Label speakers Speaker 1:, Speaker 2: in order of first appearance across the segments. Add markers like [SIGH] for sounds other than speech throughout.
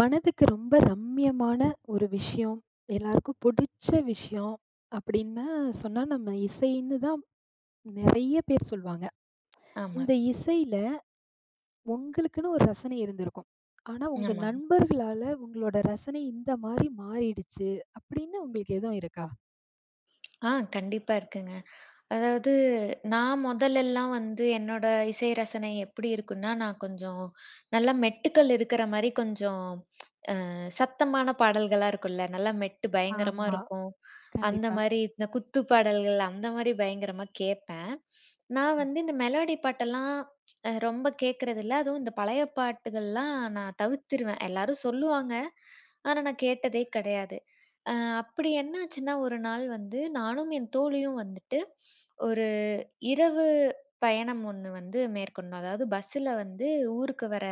Speaker 1: மனதுக்கு ரொம்ப ரம்மியமான ஒரு விஷயம், எல்லாருக்கும் புடிச்ச விஷயம் அப்டின்னா சொன்னா நம்ம இசைன்னு தான் நெறைய பேர் சொல்வாங்க.
Speaker 2: ஆமா,
Speaker 1: இந்த இசையில உங்களுக்குன்னு ஒரு ரசனை இருந்திருக்கும். ஆனா உங்க
Speaker 2: ஆமா.
Speaker 1: நண்பர்களால உங்களோட ரசனை இந்த மாரி மாறிடுச்சு அப்டின்னு உங்களுக்கு எதுவும் இருக்கா?
Speaker 2: ஆ கண்டிப்பா இருக்குங்க. அதாவது நான் மொதலெல்லாம் வந்து என்னோட இசை ரசனை எப்படி இருக்குன்னா, நான் கொஞ்சம் நல்லா மெட்டுக்கள் இருக்கிற மாரி கொஞ்சம் சத்தமான பாடல்களா இருக்கும்ல. நல்லா மெட்டு பயங்கரமா
Speaker 1: ஆமா.
Speaker 2: இருக்கும். அந்த
Speaker 1: கண்டிப்பா.
Speaker 2: மாரி இந்த குத்து பாடல்கள் அந்த மாரி பயங்கரமா கேட்பேன். நான் வந்து இந்த மெலோடி பாட்டெல்லாம் ரொம்ப கேட்கறதில்ல. அதுவும் இந்த பழைய பாட்டுகள்லாம் நான் தவிர்த்துருவேன். எல்லாரும் சொல்லுவாங்க. ஆனா நான் கேட்டதே கிடையாது. அ அப்படி என்னாச்சுன்னா, ஒரு நாள் வந்து நானும் என் தோழியும் வந்துட்டு ஒரு இரவு பயணம் ஒண்ணு வந்து மேற்கொண்டோம். அதாவது பஸ்ஸுல வந்து ஊருக்கு வர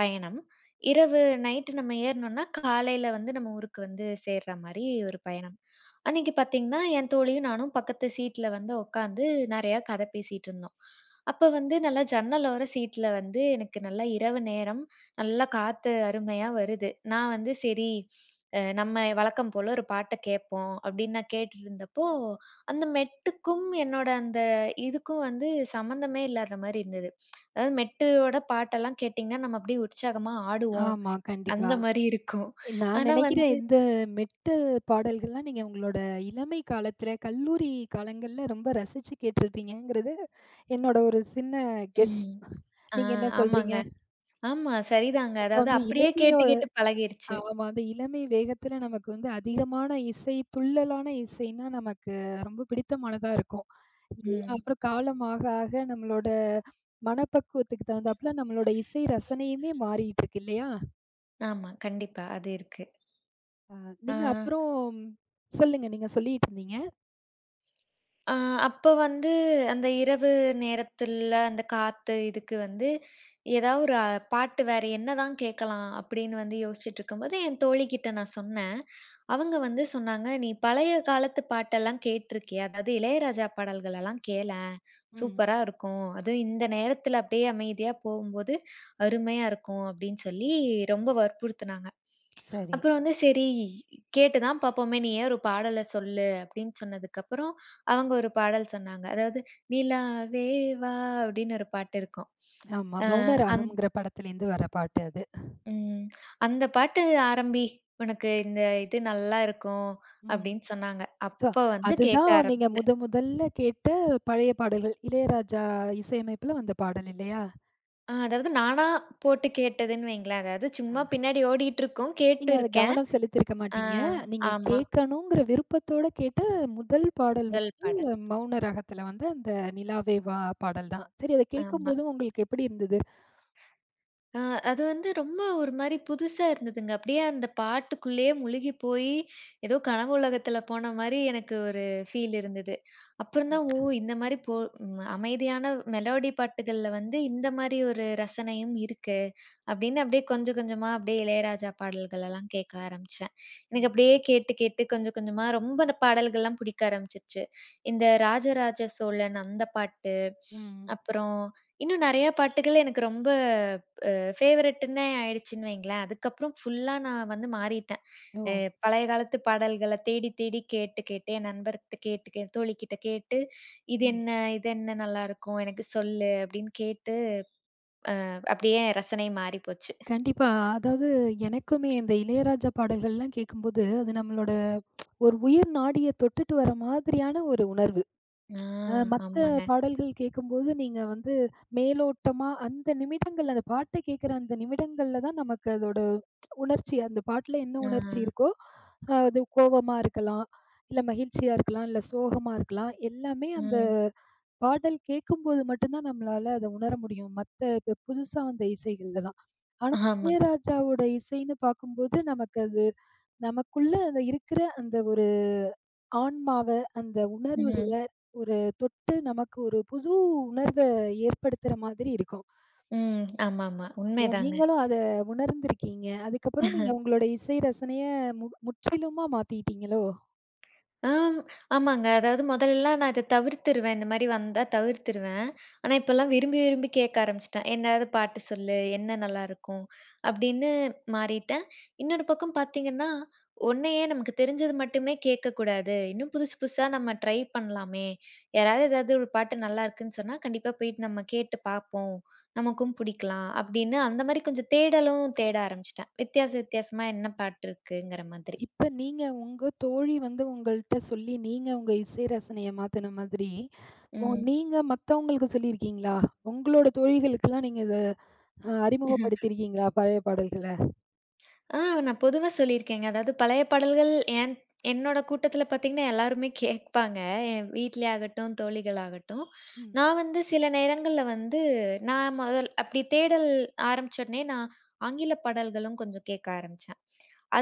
Speaker 2: பயணம். இரவு நைட்டு நம்ம ஏறுனோம்னா, காலையில வந்து நம்ம ஊருக்கு வந்து சேர்ற மாரி ஒரு பயணம். அன்னைக்கு பார்த்தீங்கன்னா, என் தோழியும் நானும் பக்கத்து சீட்ல வந்து உட்காந்து நெறையா கதை பேசிட்டு இருந்தோம். அப்ப வந்து நல்லா ஜன்னலோர சீட்ல வந்து எனக்கு நல்லா இரவு நேரம், நல்லா காத்து அருமையா வருது. நான் வந்து சரி, நம்ம வழக்கம் போல ஒரு பாட்ட கேட்போம் அப்படின்னு நான் கேட்டுட்டு இருந்தப்போ, அந்த மெட்டுக்கும் என்னோட அந்த இதுக்கும் வந்து சம்மந்தமே இல்லாத மாரி இருந்தது. அதாவது மெட்டுவோட பாட்டெல்லாம் கேட்டீங்கன்னா, நம்ம அப்படியே உற்சாகமா ஆடுவோம்.
Speaker 1: ஆமா.
Speaker 2: அந்த
Speaker 1: கண்டிப்பா.
Speaker 2: மாரி இருக்கும்.
Speaker 1: நான்
Speaker 2: ஆனா
Speaker 1: நினைக்கிறேன்
Speaker 2: வந்து
Speaker 1: இந்த மெட்டல் பாடல்கள்லாம் நீங்க உங்களோட இளமை காலத்துல, கல்லூரி காலங்கள்ல ரொம்ப ரசிச்சு கேட்டிருப்பீங்கங்கிறது என்னோட ஒரு சின்ன கெஸ்.
Speaker 2: ம். ஆ
Speaker 1: நீங்க என்ன
Speaker 2: ஆமாங்க.
Speaker 1: சொல்றீங்க?
Speaker 2: ஆமா சரிதாங்க.
Speaker 1: அப்ப
Speaker 2: அதாவது
Speaker 1: வந்து
Speaker 2: அப்படியே கேட்டு
Speaker 1: இளமையோட
Speaker 2: கேட்டு பழகிருச்சு.
Speaker 1: ஆமா. அந்த இளமை வேகத்துல நமக்கு வந்து அதிகமான இசை, துள்ளலான இசைன்னா நமக்கு ரொம்ப பிடித்தமானதா இருக்கும். இல்லையா?
Speaker 2: ம்.
Speaker 1: அப்புறம் காலம் ஆக ஆக நம்மளோட மனப்பக்குவத்துக்கு தகுந்தாப்புல நம்மளோட இசை ரசனையுமே மாறிட்டு இருக்கு இல்லையா?
Speaker 2: ஆமா. கண்டிப்பா. அது இருக்கு.
Speaker 1: அ
Speaker 2: ஆ.
Speaker 1: நீங்க அப்புறம் சொல்லுங்க. நீங்க சொல்லிட்டு இருந்தீங்க.
Speaker 2: ஆ அப்ப வந்து அந்த இரவு நேரத்துல அந்த காத்து இதுக்கு வந்து ஏதாவது ஒரு பாட்டு வேற என்னதான் கேட்கலாம் அப்படின்னு வந்து யோசிச்சுட்டு இருக்கும்போது என் தோழிகிட்ட நான் சொன்னேன். அவங்க வந்து சொன்னாங்க, "நீ பழைய காலத்து பாட்டெல்லாம் கேட்டிருக்கியா? அதாவது இளையராஜா பாடல்கள் எல்லாம் கேளேன்.
Speaker 1: ம்.
Speaker 2: சூப்பரா இருக்கும். அதுவும் இந்த நேரத்துல அப்படியே அமைதியா போகும்போது அருமையா இருக்கும்" அப்படின்னு சொல்லி ரொம்ப வற்புறுத்துனாங்க.
Speaker 1: சரி.
Speaker 2: அப்புறம் வந்து சரி, கேட்டு தான் பார்ப்போமே! நீ ஏன் ஒரு பாடல சொல்லு அப்படின்னு சொன்னதுக்கப்புறம், அவங்க ஒரு பாடல் சொன்னாங்க. அதாவது, "நிலாவே வா" அப்படின்னு ஒரு பாட்டு இருக்கும்.
Speaker 1: ஆமா.
Speaker 2: அ அந்
Speaker 1: மௌனராகம்ங்கிற படத்துலேருந்து வர பாட்டு அது.
Speaker 2: ம். அந்த பாட்டு ஆரம்பி. உனக்கு இந்த இது நல்லா இருக்கும்
Speaker 1: ம்.
Speaker 2: அப்படின்னு சொன்னாங்க.
Speaker 1: சோ,
Speaker 2: அப்ப வந்து கேட்க
Speaker 1: அதுதான் நீங்க
Speaker 2: ஆரம்பிச்சேன்.
Speaker 1: முத முதல்ல கேட்ட பழைய பாடல்கள். இளையராஜா இசையமைப்புல வந்த பாடல் இல்லையா?
Speaker 2: அதாவது நானா போட்டு கேட்டதுன்னு வைங்களேன். அதாவது
Speaker 1: ஆ.
Speaker 2: சும்மா பின்னாடி ஓடிட்டு இருக்கும்.
Speaker 1: நீங்க
Speaker 2: கேட்டு
Speaker 1: அத
Speaker 2: இருக்கேன்.
Speaker 1: கவனம் செலுத்தியிருக்க
Speaker 2: ஆ
Speaker 1: மாட்டீங்க. நீங்க
Speaker 2: ஆமா.
Speaker 1: கேட்கணுங்கிற விருப்பத்தோட கேட்ட முதல் பாடல்
Speaker 2: முதல்
Speaker 1: வந்து
Speaker 2: பாடல்.
Speaker 1: மௌன ராகத்துல வந்து அந்த நிலாவே வா பாடல் தான். சரி அத
Speaker 2: ஆமா.
Speaker 1: கேட்கும்போதும் உங்களுக்கு எப்படி இருந்தது?
Speaker 2: ஆ அது வந்து ரொம்ப ஒரு மாரி புதுசா இருந்ததுங்க. அப்படியே அந்த பாட்டுக்குள்ளேயே முழுகி போயி, ஏதோ கனவு உலகத்துல போன மாரி எனக்கு ஒரு ஃபீல் இருந்தது. அப்புறம் தான், ஓ!
Speaker 1: கண்டிப்பா.
Speaker 2: இந்த மாரி போ ம் அமைதியான மெலோடி பாட்டுகள்ல வந்து இந்த மாரி ஒரு ரசனையும் இருக்கு. அப்படின்னு அப்படியே கொஞ்சம் கொஞ்சமா அப்படியே இளையராஜா பாடல்கள் எல்லாம் கேட்க ஆரம்பிச்சேன். எனக்கு
Speaker 1: ம்.
Speaker 2: அப்படியே கேட்டு கேட்டு கொஞ்சம் கொஞ்சமா ரொம்ப அந்த பாடல்கள்லாம் பிடிக்க ஆரம்பிச்சுருச்சு. இந்த ராஜராஜ சோழன் அந்த பாட்டு,
Speaker 1: ம்.
Speaker 2: அப்புறம் இன்னும் நெறைய பாட்டுகள் எனக்கு ரொம்ப அ ஃபேவரைட்டுன்னே ஆயிடுச்சுன்னு வைங்களேன். அதுக்கப்புறம் ஃபுல்லா நான் வந்து மாறிட்டேன்.
Speaker 1: ஓ!
Speaker 2: அ பழைய காலத்து பாடல்கள தேடி தேடி கேட்டு கேட்டு, என் நண்பர்கிட்ட கேட்டு தோழிகிட்ட கேட்டு, "இது
Speaker 1: ம்.
Speaker 2: என்ன? இது என்ன நல்லாருக்கும்? எனக்கு சொல்லு" அப்படின்னு கேட்டு அப்படியே என் ரசனை மாறி போச்சு.
Speaker 1: கண்டிப்பா. அதாவது எனக்குமே இந்த இளையராஜா பாடல்கள்லாம் கேட்கும்போது, அது நம்மளோட ஒரு உயிர் நாடிய தொட்டுட்டு வர மாதிரியான ஒரு உணர்வு.
Speaker 2: ஆ
Speaker 1: மத்த
Speaker 2: ஆமாங்க.
Speaker 1: பாடல்கள் கேட்கும்போது நீங்க வந்து மேலோட்டமா அந்த நிமிடங்கள் அந்த பாட்ட கேட்குற அந்த நிமிடங்கள்ல தான் நமக்கு அதோட உணர்ச்சி அந்த பாட்டுல என்ன
Speaker 2: ஆ,
Speaker 1: உணர்ச்சி இருக்கோ, அது கோவமா இருக்கலாம், இல்ல மகிழ்ச்சியா இருக்கலாம், இல்ல சோகமா இருக்கலாம். எல்லாமே அந்த
Speaker 2: ம்.
Speaker 1: பாடல் கேட்கும்போது மட்டும் தான் நம்மளால அத உணர முடியும். மத்த இப்ப புதுசா வந்த இசைகள்ல தான். ஆனா,
Speaker 2: ஆமா.
Speaker 1: இளையராஜாவோட இசைன்னு பார்க்கும்போது, நமக்கு அது நமக்குள்ள அந்த இருக்கிற அந்த ஒரு ஆன்மாவ, அந்த
Speaker 2: ம்.
Speaker 1: உணர்வுகள ஒரு தொட்டு நமக்கு ஒரு புது உணர்வ ஏற்படுத்துற மாதிரி இருக்கும்.
Speaker 2: ம். ஆமாமா.
Speaker 1: ஏன்
Speaker 2: உண்மைதாங்க.
Speaker 1: நீங்களும் அத உணர்ந்திருக்கீங்க. அதுக்கப்புறம் நீங்க உங்களோட இசை ரசனைய முற்றிலுமா மாத்திட்டீங்களோ?
Speaker 2: ஆம். ஆமாங்க. அதாவது முதல்லலாம் நான் இத தவிர்த்துருவேன். இந்த மாரி வந்தா தவிர்த்துருவேன். ஆனா, இப்பலாம் விரும்பி, விரும்பி கேட்க ஆரம்பிச்சுட்டேன். "என்னாது பாட்டு சொல்லு, என்ன நல்லாருக்கும்?" அப்படின்னு மாறிட்டேன். இன்னொரு பக்கம் பார்த்தீங்கன்னா, ஒன்னையே நமக்கு தெரிஞ்சது மட்டுமே கேட்கக்கூடாது. இன்னும் புதுசு, புதுசா நம்ம ட்ரை பண்ணலாமே. யாராவது ஏதாவது ஒரு பாட்டு நல்லாருக்குன்னு சொன்னா, கண்டிப்பா போயிட்டு நம்ம கேட்டு பார்ப்போம். நமக்கும் பிடிக்கலாம் அப்படின்னு அந்த மாரி கொஞ்சம் தேடலும் தேட ஆரம்பிச்சுட்டேன். வித்தியாச வித்தியாசமா என்ன பாட்டு இருக்குங்கிற மாதிரி.
Speaker 1: இப்ப நீங்க உங்க தோழி வந்து உங்கள்ட்ட சொல்லி, நீங்க உங்க இசை ரசனைய மாத்துன மாதிரி, நீங்க மத்தவங்களுக்கு சொல்லியிருக்கீங்களா? உங்களோட தோழிகளுக்கெல்லாம் நீங்க இத
Speaker 2: ம்.
Speaker 1: அறிமுகப்படுத்தியிருக்கீங்களா பழைய பாடல்கள?
Speaker 2: ஆ நான் பொதுவா சொல்லியிருக்கேங்க. அதாவது பழைய பாடல்கள் என் என்னோட கூட்டத்தில பார்த்தீங்கன்னா, எல்லாருமே கேட்பாங்க. என் வீட்ல ஆகட்டும், தோழிகள் ஆகட்டும்.
Speaker 1: ம்,
Speaker 2: நான் வந்து சில நேரங்கள்ல வந்து நான் முதல் அப்படி தேடல் ஆரம்பிச்ச உடனே நான் ஆங்கில பாடல்களும் கொஞ்சம் கேட்க ஆரம்பிச்சேன்.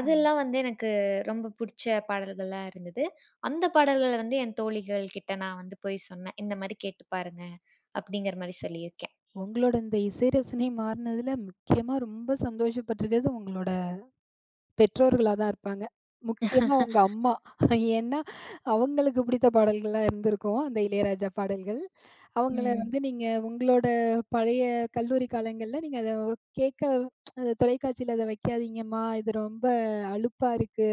Speaker 1: ம்.
Speaker 2: வந்து எனக்கு ரொம்ப புடிச்ச பாடல்களா இருந்தது. அந்த பாடல்கள வந்து என் தோழிகள் கிட்ட நான் வந்து போய் சொன்னேன். இந்த மாரி கேட்டு பாருங்க, அப்படிங்கிற மாரி சொல்லியிருக்கேன்.
Speaker 1: உங்களோட இந்த இசை ரசனை மாறுனதுல முக்கியமா ரொம்ப சந்தோஷப்பட்டுருக்கிறது உங்களோட பெற்றோர்களா தான் இருப்பாங்க. முக்கியமா உங்க அம்மா. ஏன்னா, அவங்களுக்கு பிடித்த பாடல்களா இருந்திருக்கும். அந்த இளையராஜா பாடல்கள். அவங்கள
Speaker 2: ம்.
Speaker 1: வந்து நீங்க உங்களோட பழைய கல்லூரி காலங்கள்ல நீங்க அத கேட்க அத தொலைக்காட்சியில அத வைக்காதீங்கம்மா. இது ரொம்ப அலுப்பா இருக்கு.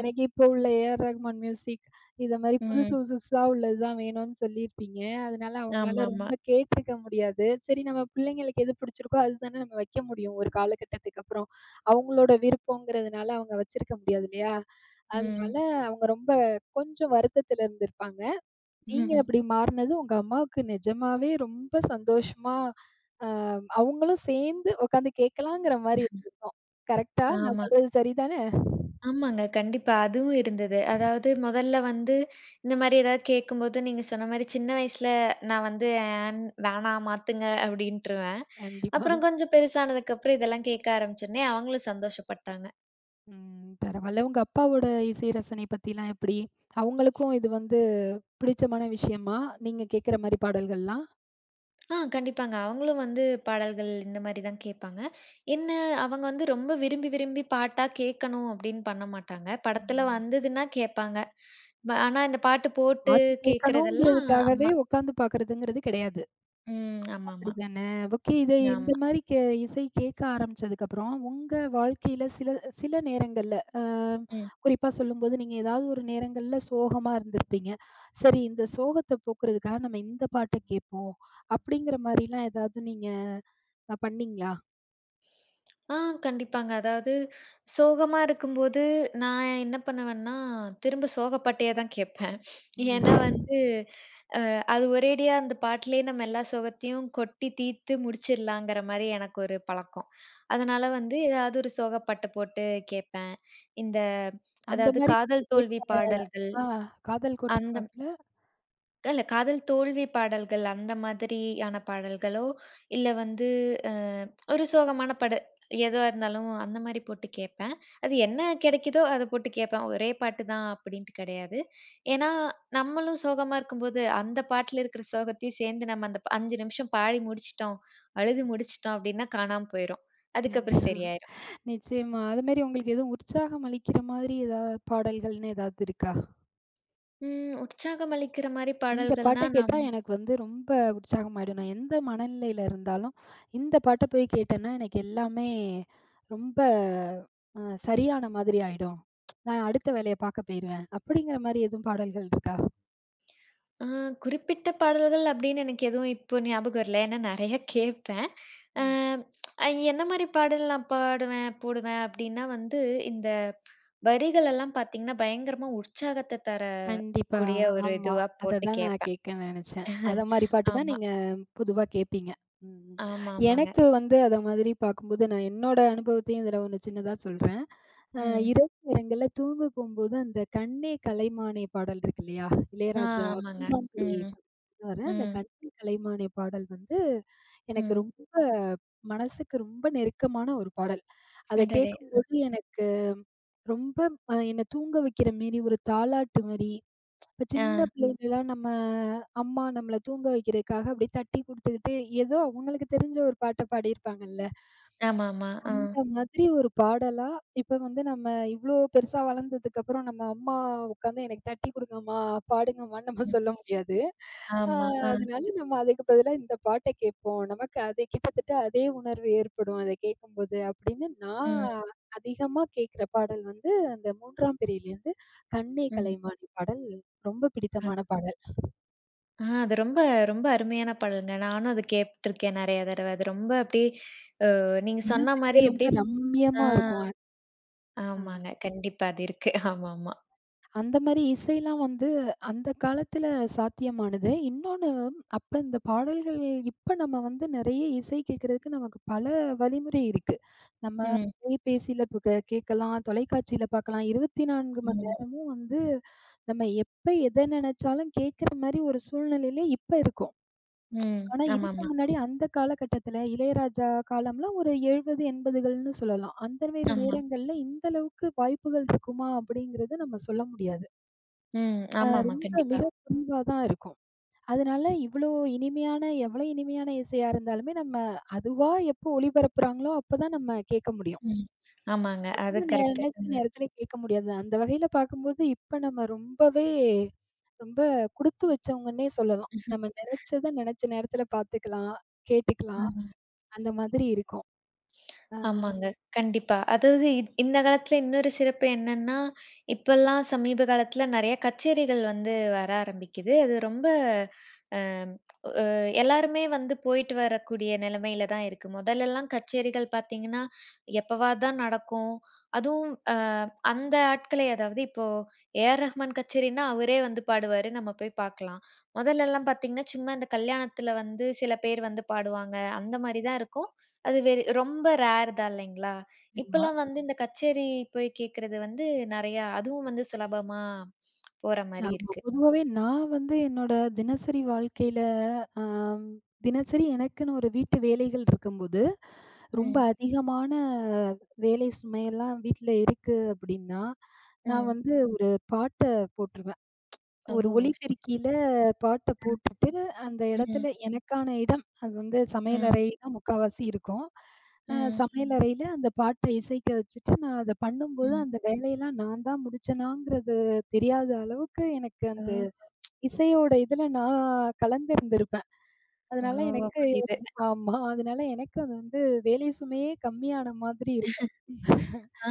Speaker 1: எனக்கு இப்போ உள்ள ஏஆர் ரஹ்மான் மியூசிக், இத மாரி புதுசு
Speaker 2: ம்.
Speaker 1: புதுசா உள்ளதுதான் வேணும்னு சொல்லியிருப்பீங்க. அதனால அவங்களால
Speaker 2: ஆமாமா.
Speaker 1: ரொம்ப கேட்டுருக்க முடியாது. சரி நம்ம பிள்ளைங்களுக்கு எது பிடிச்சிருக்கோ, அதுதானே நம்ம வைக்க முடியும். ஒரு காலகட்டத்துக்கு அப்புறம். அவங்களோட விருப்பம்ங்கிறதுனால அவங்க வச்சிருக்க முடியாது இல்லையா? அதனால
Speaker 2: ம்.
Speaker 1: அவங்க ரொம்ப கொஞ்சம் வருத்தத்துல இருந்திருப்பாங்க. நீங்க அப்படி
Speaker 2: [LAUGHS]
Speaker 1: மாறுனது உங்க அம்மாவுக்கு நிஜமாவே ரொம்ப சந்தோஷமா, அ அவங்களும் சேர்ந்து உட்காந்து கேட்கலாங்கிற மாரி இருக்கும். கரெக்ட்டா? நான்
Speaker 2: ஆமா.
Speaker 1: சொல்றது சரிதானே?
Speaker 2: ஆமாங்க. கண்டிப்பா. அதுவும் இருந்தது. அதாவது முதல்ல வந்து இந்த மாரி ஏதாவது கேட்கும்போது, நீங்க சொன்ன மாரி சின்ன வயசுல நான் வந்து "ஏன் வேணாம் மாத்துங்க" அப்படின்ட்டுருவேன்.
Speaker 1: கண்டிப்பா.
Speaker 2: அப்புறம் கொஞ்சம் பெருசானதுக்கப்புறம் இதெல்லாம் கேட்க ஆரம்பிச்சோனே, அவங்களும் சந்தோஷப்பட்டாங்க.
Speaker 1: ம். பரவால்ல. உங்க அப்பாவோட இசை ரசனை பத்திலாம் எப்படி? அவங்களுக்கும் இது வந்து பிடிச்சமான விஷயமா? நீங்க கேட்கிற மாரி பாடல்கள்லாம்?
Speaker 2: கண்டிப்பாங்க. அவங்களும் வந்து பாடல்கள் இந்த மாரி தான் கேட்பாங்க. என்ன அவங்க வந்து ரொம்ப விரும்பி விரும்பி பாட்டா கேட்கணும் அப்படின்னு பண்ண மாட்டாங்க. படத்துல
Speaker 1: ம்.
Speaker 2: வந்ததுன்னா கேட்பாங்க. ஆனா இந்த பாட்டு போட்டு
Speaker 1: பாட்டு
Speaker 2: கேட்கறதெல்லாம்
Speaker 1: கேட்கணுங்கிறதுக்காகவே
Speaker 2: அம்மா.
Speaker 1: உட்காந்து பார்க்கறதுங்கிறது கிடையாது.
Speaker 2: ம். ஆமாமா.
Speaker 1: அப்படிதான? ஓகே. இத இந்த
Speaker 2: ஆமா.
Speaker 1: மாரி கே இசை கேட்க ஆரம்பிச்சதுக்கப்புறம், உங்க வாழ்க்கையில சில சில நேரங்கள்ல,
Speaker 2: ம்.
Speaker 1: குறிப்பா சொல்லும்போது நீங்க ஏதாவது ஒரு நேரங்கள்ல சோகமா இருந்திருப்பீங்க. சரி இந்த சோகத்த போக்குறதுக்காக நம்ம இந்த பாட்ட கேட்போம். அப்படிங்கிற மாரிலாம் ஏதாவது நீங்க பண்ணீங்களா?
Speaker 2: ஆ கண்டிப்பாங்க. அதாவது சோகமா இருக்கும்போது, நான் என்ன பண்ணுவேன்னா, திரும்ப சோக பாட்டே தான் கேட்பேன். ஏன்னா வந்து, அ அது ஒரேடியா அந்த பாட்டுலயே நம்ம எல்லா சோகத்தையும் கொட்டி தீர்த்து முடிச்சிடலாங்கிற மாரி எனக்கு ஒரு பழக்கம். அதனால வந்து ஏதாவது ஒரு சோக பாட்ட போட்டு கேட்பேன். இந்த
Speaker 1: அந்த
Speaker 2: அதாவது
Speaker 1: மாரி
Speaker 2: காதல் தோல்வி பாடல்கள்
Speaker 1: ஆ காதல் கோட்டை
Speaker 2: அந்த
Speaker 1: பாட்டுல
Speaker 2: இல்ல காதல் தோல்வி பாடல்கள் அந்த மாதிரியான பாடல்களோ, இல்ல வந்து அ ஒரு சோகமான பட எதுவா இருந்தாலும் அந்த மாரி போட்டு கேட்பேன். அது என்ன கிடைக்குதோ அத போட்டு கேட்பேன். ஒரே பாட்டு தான் அப்படின்ட்டு கிடையாது. ஏன்னா, நம்மளும் சோகமா இருக்கும்போது அந்த பாட்டுல இருக்கிற சோகத்தையும் சேர்ந்து நம்ம அந்த 5 நிமிஷம் பாடி முடிச்சுட்டோம், அழுது முடிச்சுட்டோம் அப்படின்னா காணாம போயிரும்.
Speaker 1: நன்றி.
Speaker 2: அதுக்கப்புறம் சரியாயிரும்.
Speaker 1: நிச்சயமா. அது மாரி உங்களுக்கு எதுவும் உற்சாகம் அளிக்கிற மாதிரி ஏதாவது பாடல்கள்னு ஏதாவது இருக்கா?
Speaker 2: ம் உற்சாகம் அளிக்கிற மாரி
Speaker 1: இந்த பாட்ட
Speaker 2: பாடல்கள்னா
Speaker 1: கேட்டா
Speaker 2: நான்
Speaker 1: எனக்கு வந்து ரொம்ப உற்சாகமாயிடும். நான் எந்த மனநிலையில இருந்தாலும், இந்த பாட்ட போய் கேட்டேன்னா, எனக்கு எல்லாமே ரொம்ப அ சரியான மாதிரி ஆயிடும். நான் அடுத்த வேலைய பார்க்க போயிருவேன். அப்படிங்கிற மாரி எதுவும் பாடல்கள் இருக்கா?
Speaker 2: ஆ குறிப்பிட்ட பாடல்கள் அப்படின்னு எனக்கு எதுவும் இப்போ ஞாபகம் வரல. ஏன்னா நெறைய கேட்பேன். அ என்ன மாரி பாடல் நான் பாடுவேன், போடுவேன் அப்படின்னா வந்து, இந்த வரிகள் எல்லாம் பார்த்தீங்கன்னா, பயங்கரமா உற்சாகத்த
Speaker 1: கண்டிப்பா.
Speaker 2: தரக்கூடிய ஒரு
Speaker 1: ஆமா.
Speaker 2: இதுவா போட்டு
Speaker 1: அததான் நான்
Speaker 2: கேட்பேன்.
Speaker 1: கேட்க நெனச்சேன். அத
Speaker 2: [LAUGHS]
Speaker 1: மாரி பாட்டு தான்
Speaker 2: ஆமா.
Speaker 1: நீங்க பொதுவா கேட்பீங்க. ம்.
Speaker 2: ஆமா, ஆமாங்க.
Speaker 1: எனக்கு வந்து அத மாதிரி பார்க்கும்போது, நான் என்னோட அனுபவத்தையும் இதில ஒண்ணு சின்னதா சொல்றேன். அ
Speaker 2: ம்.
Speaker 1: இரவு நேரங்கள்ல தூங்க போம்போது, அந்த "கண்ணே கலைமானே" பாடல் இருக்கு இல்லையா?
Speaker 2: ஆ
Speaker 1: இளையராஜா
Speaker 2: ஆமாங்க.
Speaker 1: பூங்கானுரை
Speaker 2: ம்,
Speaker 1: வர அந்த
Speaker 2: ம்,
Speaker 1: "கண்ணே கலைமானே" பாடல் வந்து எனக்கு
Speaker 2: ம்.
Speaker 1: ரொம்ப மனசுக்கு ரொம்ப நெருக்கமான ஒரு பாடல். அத
Speaker 2: அடடே!
Speaker 1: கேட்கும்போது எனக்கு ரொம்ப என்ன தூங்க வைக்கிற மாரி ஒரு தாலாட்டு மாரி. இப்ப சின்ன
Speaker 2: ஆ.
Speaker 1: பிள்ளைங்கலாம் நம்ம அம்மா நம்மள தூங்க வைக்கிறதுக்காக அப்படியே தட்டி குடுத்துக்கிட்டு, ஏதோ அவங்களுக்கு தெரிஞ்ச ஒரு பாட்ட பாடியிருப்பாங்கல்ல.
Speaker 2: ஆமாமா. ஆ.
Speaker 1: அந்த மாதிரி ஒரு பாடலா, இப்ப வந்து நம்ம இவ்ளோ பெருசா வளர்ந்ததுக்கப்புறம், நம்ம அம்மா உட்காந்து எனக்கு தட்டி குடுங்கம்மா, பாடுங்கம்மான்னு நம்ம
Speaker 2: ம்.
Speaker 1: சொல்ல முடியாது. அ
Speaker 2: ஆமா. ஆ.
Speaker 1: அதனால நம்ம அதுக்கு பதிலா இந்த பாட்ட கேட்போம். நமக்கு அது கிட்டத்தட்ட அதே உணர்வு ஏற்படும் அத கேட்கும்போது அப்படின்னு நான்
Speaker 2: ம்,
Speaker 1: அதிகமா கேட்கிற பாடல் வந்து அந்த 3ஆம் பிறையிலிருந்து "கண்ணே
Speaker 2: ம்.
Speaker 1: கலைமானி" பாடல் ரொம்ப பிடித்தமான பாடல்.
Speaker 2: அது ரொம்ப, ரொம்ப அருமையான பாடல்ங்க. நானும் அத கேட்டுருக்கேன் நெறைய தடவ. அது ரொம்ப அப்டியே அ நீங்க சொன்ன
Speaker 1: மனசுக்கே
Speaker 2: மாரி அப்டியே
Speaker 1: ரொம்ப
Speaker 2: ஆ
Speaker 1: ரம்மியமா இருக்கும். அ.
Speaker 2: ஆமாங்க. கண்டிப்பா அது இருக்கு. ஆமாமா.
Speaker 1: அந்த மாரி இசைலாம் வந்து அந்த காலத்துல சாத்தியமானது. இன்னொன்னு அப்ப இந்த பாடல்கள் இப்ப நம்ம வந்து நெறைய இசை கேட்கறதுக்கு நமக்கு பல வழிமுறை இருக்கு. நம்ம
Speaker 2: ம்,
Speaker 1: தொலைபேசியில இப்ப கே கேட்கலாம், தொலைக்காட்சியில பார்க்கலாம். 24 மணி
Speaker 2: ம்,
Speaker 1: நேரமும் வந்து நம்ம எப்ப எத நெனச்சாலும் கேட்கற மாரி ஒரு சூழ்நிலையில இப்ப இருக்கோம்.
Speaker 2: ம்.
Speaker 1: ஆனா இதுக்கு
Speaker 2: ஆமாமா,
Speaker 1: முன்னாடி அந்த காலகட்டத்துல இளையராஜா காலம்லாம் ஒரு 70, 80கள்னு சொல்லலாம். அந்த மேரி
Speaker 2: ஆமா.
Speaker 1: நேரங்கள்ல இந்த அளவுக்கு வாய்ப்புகள் இருக்குமா? அப்படிங்கிறது நம்ம சொல்ல முடியாது.
Speaker 2: ம். ஆமாமா.
Speaker 1: ரொம்ப
Speaker 2: கண்டிப்பா.
Speaker 1: மிக குறைவா தான் இருக்கும். அதனால இவ்ளோ இனிமையான எவ்வளோ இனிமையான இசையா இருந்தாலுமே நம்ம அதுவா எப்போ ஒளிபரப்புறாங்களோ அப்பதான் நம்ம கேட்க முடியும்.
Speaker 2: ம். ஆமாங்க.
Speaker 1: நம்ம
Speaker 2: அது
Speaker 1: நெ
Speaker 2: கரெக்ட்டு.
Speaker 1: நினைச்ச நேரத்துல கேட்க முடியாது. அந்த வகையில பார்க்கும்போது இப்ப நம்ம ரொம்பவே ரொம்ப குடுத்து வச்சவங்கன்னே சொல்லலாம். நம்ம நினைச்சத நினைச்ச நேரத்துல பார்த்துக்கலாம், கேட்டுக்கலாம்.
Speaker 2: ம்.
Speaker 1: அந்த மாதிரி இருக்கும். ஆ
Speaker 2: ஆமாங்க. கண்டிப்பா. அதாவது இந்த காலத்துல இன்னொரு சிறப்பு என்னன்னா, இப்பல்லாம் சமீப காலத்துல நெறைய கச்சேரிகள் வந்து வர ஆரம்பிக்குது. அது ரொம்ப அ அ எல்லாருமே வந்து போயிட்டு வரக்கூடிய நிலைமையில தான் இருக்கு. மொதல்லலாம் கச்சேரிகள் பார்த்தீங்கன்னா, எப்பவாது தான் நடக்கும். அதுவும் அந்த ஆட்களே அதாவது இப்போ ஏ.ஆர். ரஹ்மான் கச்சேரின்னா அவரே வந்து பாடுவாரு. நம்ம போய் பார்க்கலாம். மொதல்லலாம் பார்த்தீங்கன்னா, சும்மா இந்த கல்யாணத்துல வந்து சில பேர் வந்து பாடுவாங்க. அந்த மாரி தான் இருக்கும். அது வெரி ரொம்ப ரேர் தான் இல்லைங்களா?
Speaker 1: ஆமா.
Speaker 2: இப்பலாம் வந்து இந்த கச்சேரி போய் கேட்கறது வந்து நெறையா அதுவும் வந்து சுலபமா போற மாரி
Speaker 1: ஆமா.
Speaker 2: இருக்கு.
Speaker 1: பொதுவாவே நான் வந்து என்னோட தினசரி வாழ்க்கையில, ஆம் தினசரி எனக்குன்னு ஒரு வீட்டு வேலைகள் இருக்கும்போது, ரொம்ப
Speaker 2: ம்,
Speaker 1: அதிகமான வேலை சுமையெல்லாம் வீட்ல இருக்கு அப்படின்னா, நான்
Speaker 2: ம்.
Speaker 1: வந்து ஒரு பாட்ட போட்டுருவேன்.
Speaker 2: ஓ!
Speaker 1: ஒரு
Speaker 2: சரி.
Speaker 1: ஒலிபெருக்கியில பாட்ட
Speaker 2: அ,
Speaker 1: போட்டுட்டு, அந்த இடத்துல
Speaker 2: ம்,
Speaker 1: எனக்கான இடம், அது வந்து
Speaker 2: ம்,
Speaker 1: சமையலறை தான் முக்காவாசி இருக்கும். அ ம்.
Speaker 2: ம்,
Speaker 1: சமையலறையில அந்த பாட்ட இசைக்க வச்சுட்டு, நான் அத பண்ணும்போது,
Speaker 2: ம்.
Speaker 1: அந்த வேலையெல்லாம் நான் தான் முடிச்சேனாங்கிறது தெரியாத அளவுக்கு எனக்கு
Speaker 2: ஓ!
Speaker 1: அந்த இசையோட இதுல நான் கலந்திருந்திருப்பேன். அதனால
Speaker 2: ஓ!
Speaker 1: எனக்கு
Speaker 2: புரியுது.
Speaker 1: ஆமா. அதனால எனக்கு அது வந்து வேலை சுமையே கம்மியான மாதிரி இருக்கும்.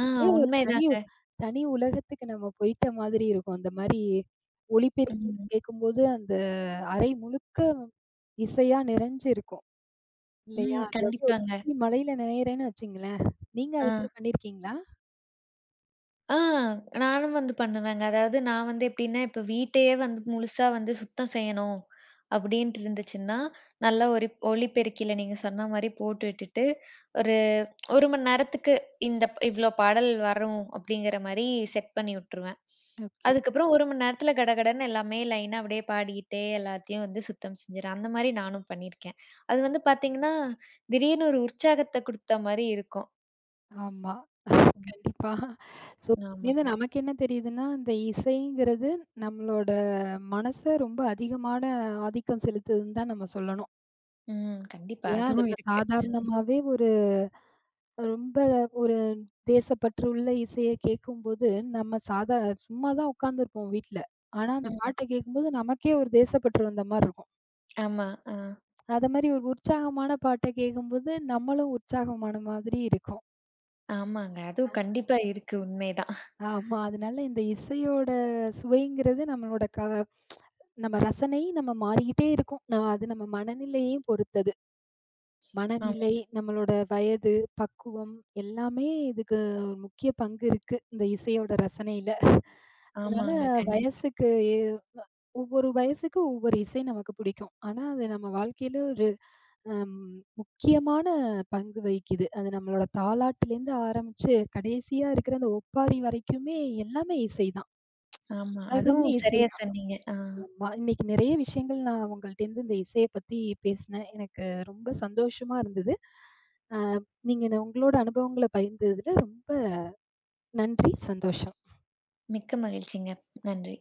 Speaker 2: ஆ
Speaker 1: ஒரு தனி
Speaker 2: உண்மைதாங்க.
Speaker 1: தனி உலகத்துக்கு நம்ம போயிட்ட மாதிரி இருக்கும். அந்த மாரி ஒலிபெருக்கி
Speaker 2: ம்,
Speaker 1: கேட்கும்போது, அந்த அறை முழுக்க இசையா நிறைஞ்சு இருக்கும். இல்லையா?
Speaker 2: ம்.
Speaker 1: அத
Speaker 2: கண்டிப்பாங்க.
Speaker 1: போய் மழையில நனையிறேன்னு வச்சுங்களேன். நீங்க
Speaker 2: ஆ.
Speaker 1: அது மாரி பண்ணியிருக்கீங்களா?
Speaker 2: ஆ நானும் வந்து பண்ணுவேங்க. அதாவது நான் வந்து எப்படின்னா, இப்ப வீட்டையே வந்து முழுசா வந்து சுத்தம் செய்யணும் அப்படின்ட்டு இருந்துச்சுன்னா, நல்லா ஒரு ஒலிபெருக்கில நீங்க சொன்ன மாரி போட்டு விட்டுட்டு, ஒரு 1 மணி நேரத்துக்கு இந்த இவ்ளோ பாடல் வரும் அப்படிங்கிற மாரி செட் பண்ணி விட்டுருவேன்.
Speaker 1: ஓகே.
Speaker 2: அதுக்கப்புறம் 1 மணி நேரத்துல கடகடன்னு எல்லாமே லைனா அப்படியே பாடிக்கிட்டே எல்லாத்தையும் வந்து சுத்தம் செஞ்சுருவேன். அந்த மாரி நானும் பண்ணியிருக்கேன். அது வந்து பார்த்தீங்கன்னா, திடீர்னு ஒரு உற்சாகத்த குடுத்த மாரி இருக்கும்.
Speaker 1: ஆமா.
Speaker 2: ம்.
Speaker 1: கண்டிப்பா. ஸோ இதுலேருந்து
Speaker 2: ஆமாங்க.
Speaker 1: நமக்கு என்ன தெரியுதுன்னா, இந்த இசைங்கிறது நம்மளோட மனச ரொம்ப அதிகமான ஆதிக்கம் செலுத்துதுன்னு தான் நம்ம சொல்லணும்.
Speaker 2: ம். கண்டிப்பா.
Speaker 1: ஏன்
Speaker 2: அதுவும்
Speaker 1: நம்ம
Speaker 2: இருக்கு.
Speaker 1: சாதாரணமாவே ஒரு ரொம்ப ஒரு தேசப்பற்று உள்ள இசைய கேட்கும்போது, நம்ம சாதா சும்மா தான் உட்காந்துருப்போம் வீட்ல. ஆனா அந்த
Speaker 2: ம்.
Speaker 1: பாட்ட கேட்கும்போது நமக்கே ஒரு தேசப்பற்று வந்த மாரி இருக்கும்.
Speaker 2: ஆமா. ஆ.
Speaker 1: அத மாரி ஒரு உற்சாகமான பாட்ட கேட்கும்போது, நம்மளும் உற்சாகமான மாதிரி இருக்கும்.
Speaker 2: ஆமாங்க. அதுவும் கண்டிப்பா இருக்கு. உண்மைதான்.
Speaker 1: ஆமா. அதனால இந்த இசையோட சுவைங்கிறது நம்மளோட நம்ம ரசனை நம்ம மாறிக்கிட்டே இருக்கும். நான் அது நம்ம மனநிலையையும் பொறுத்தது.
Speaker 2: ஆமா.
Speaker 1: மனநிலை, நம்மளோட வயது, பக்குவம் எல்லாமே இதுக்கு ஒரு முக்கிய பங்கு இருக்கு. இந்த இசையோட ரசனையில. அதனால
Speaker 2: ஆமாங்க. கண்டிப்பா.
Speaker 1: வயசுக்கு ஏ ஒவ்வொரு வயசுக்கு ஒவ்வொரு இசை நமக்கு பிடிக்கும். ஆனா, அது நம்ம வாழ்க்கையில ஒரு அம் முக்கியமான பங்கு வகிக்குது. அது நம்மளோட தாலாட்டுலேருந்து ஆரம்பிச்சு, கடைசியா இருக்கிற அந்த ஒப்பாரி வரைக்குமே எல்லாமே இசை தான்.
Speaker 2: ஆமா.
Speaker 1: உலகமே
Speaker 2: அதுவும்
Speaker 1: இசை
Speaker 2: சரியா
Speaker 1: தான்.
Speaker 2: சொன்னீங்க. ஆ.
Speaker 1: ஆமா. இன்னைக்கு நிறைய விஷயங்கள் நான் உங்கள்ட்டேருந்து இந்த இசைய பத்தி பேசினேன். எனக்கு ரொம்ப சந்தோஷமா இருந்தது. அ நீங்க உங்களோட அனுபவங்கள பகிர்ந்ததுல ரொம்ப நன்றி, சந்தோஷம்.
Speaker 2: மிக்க மகிழ்ச்சிங்க. நன்றி.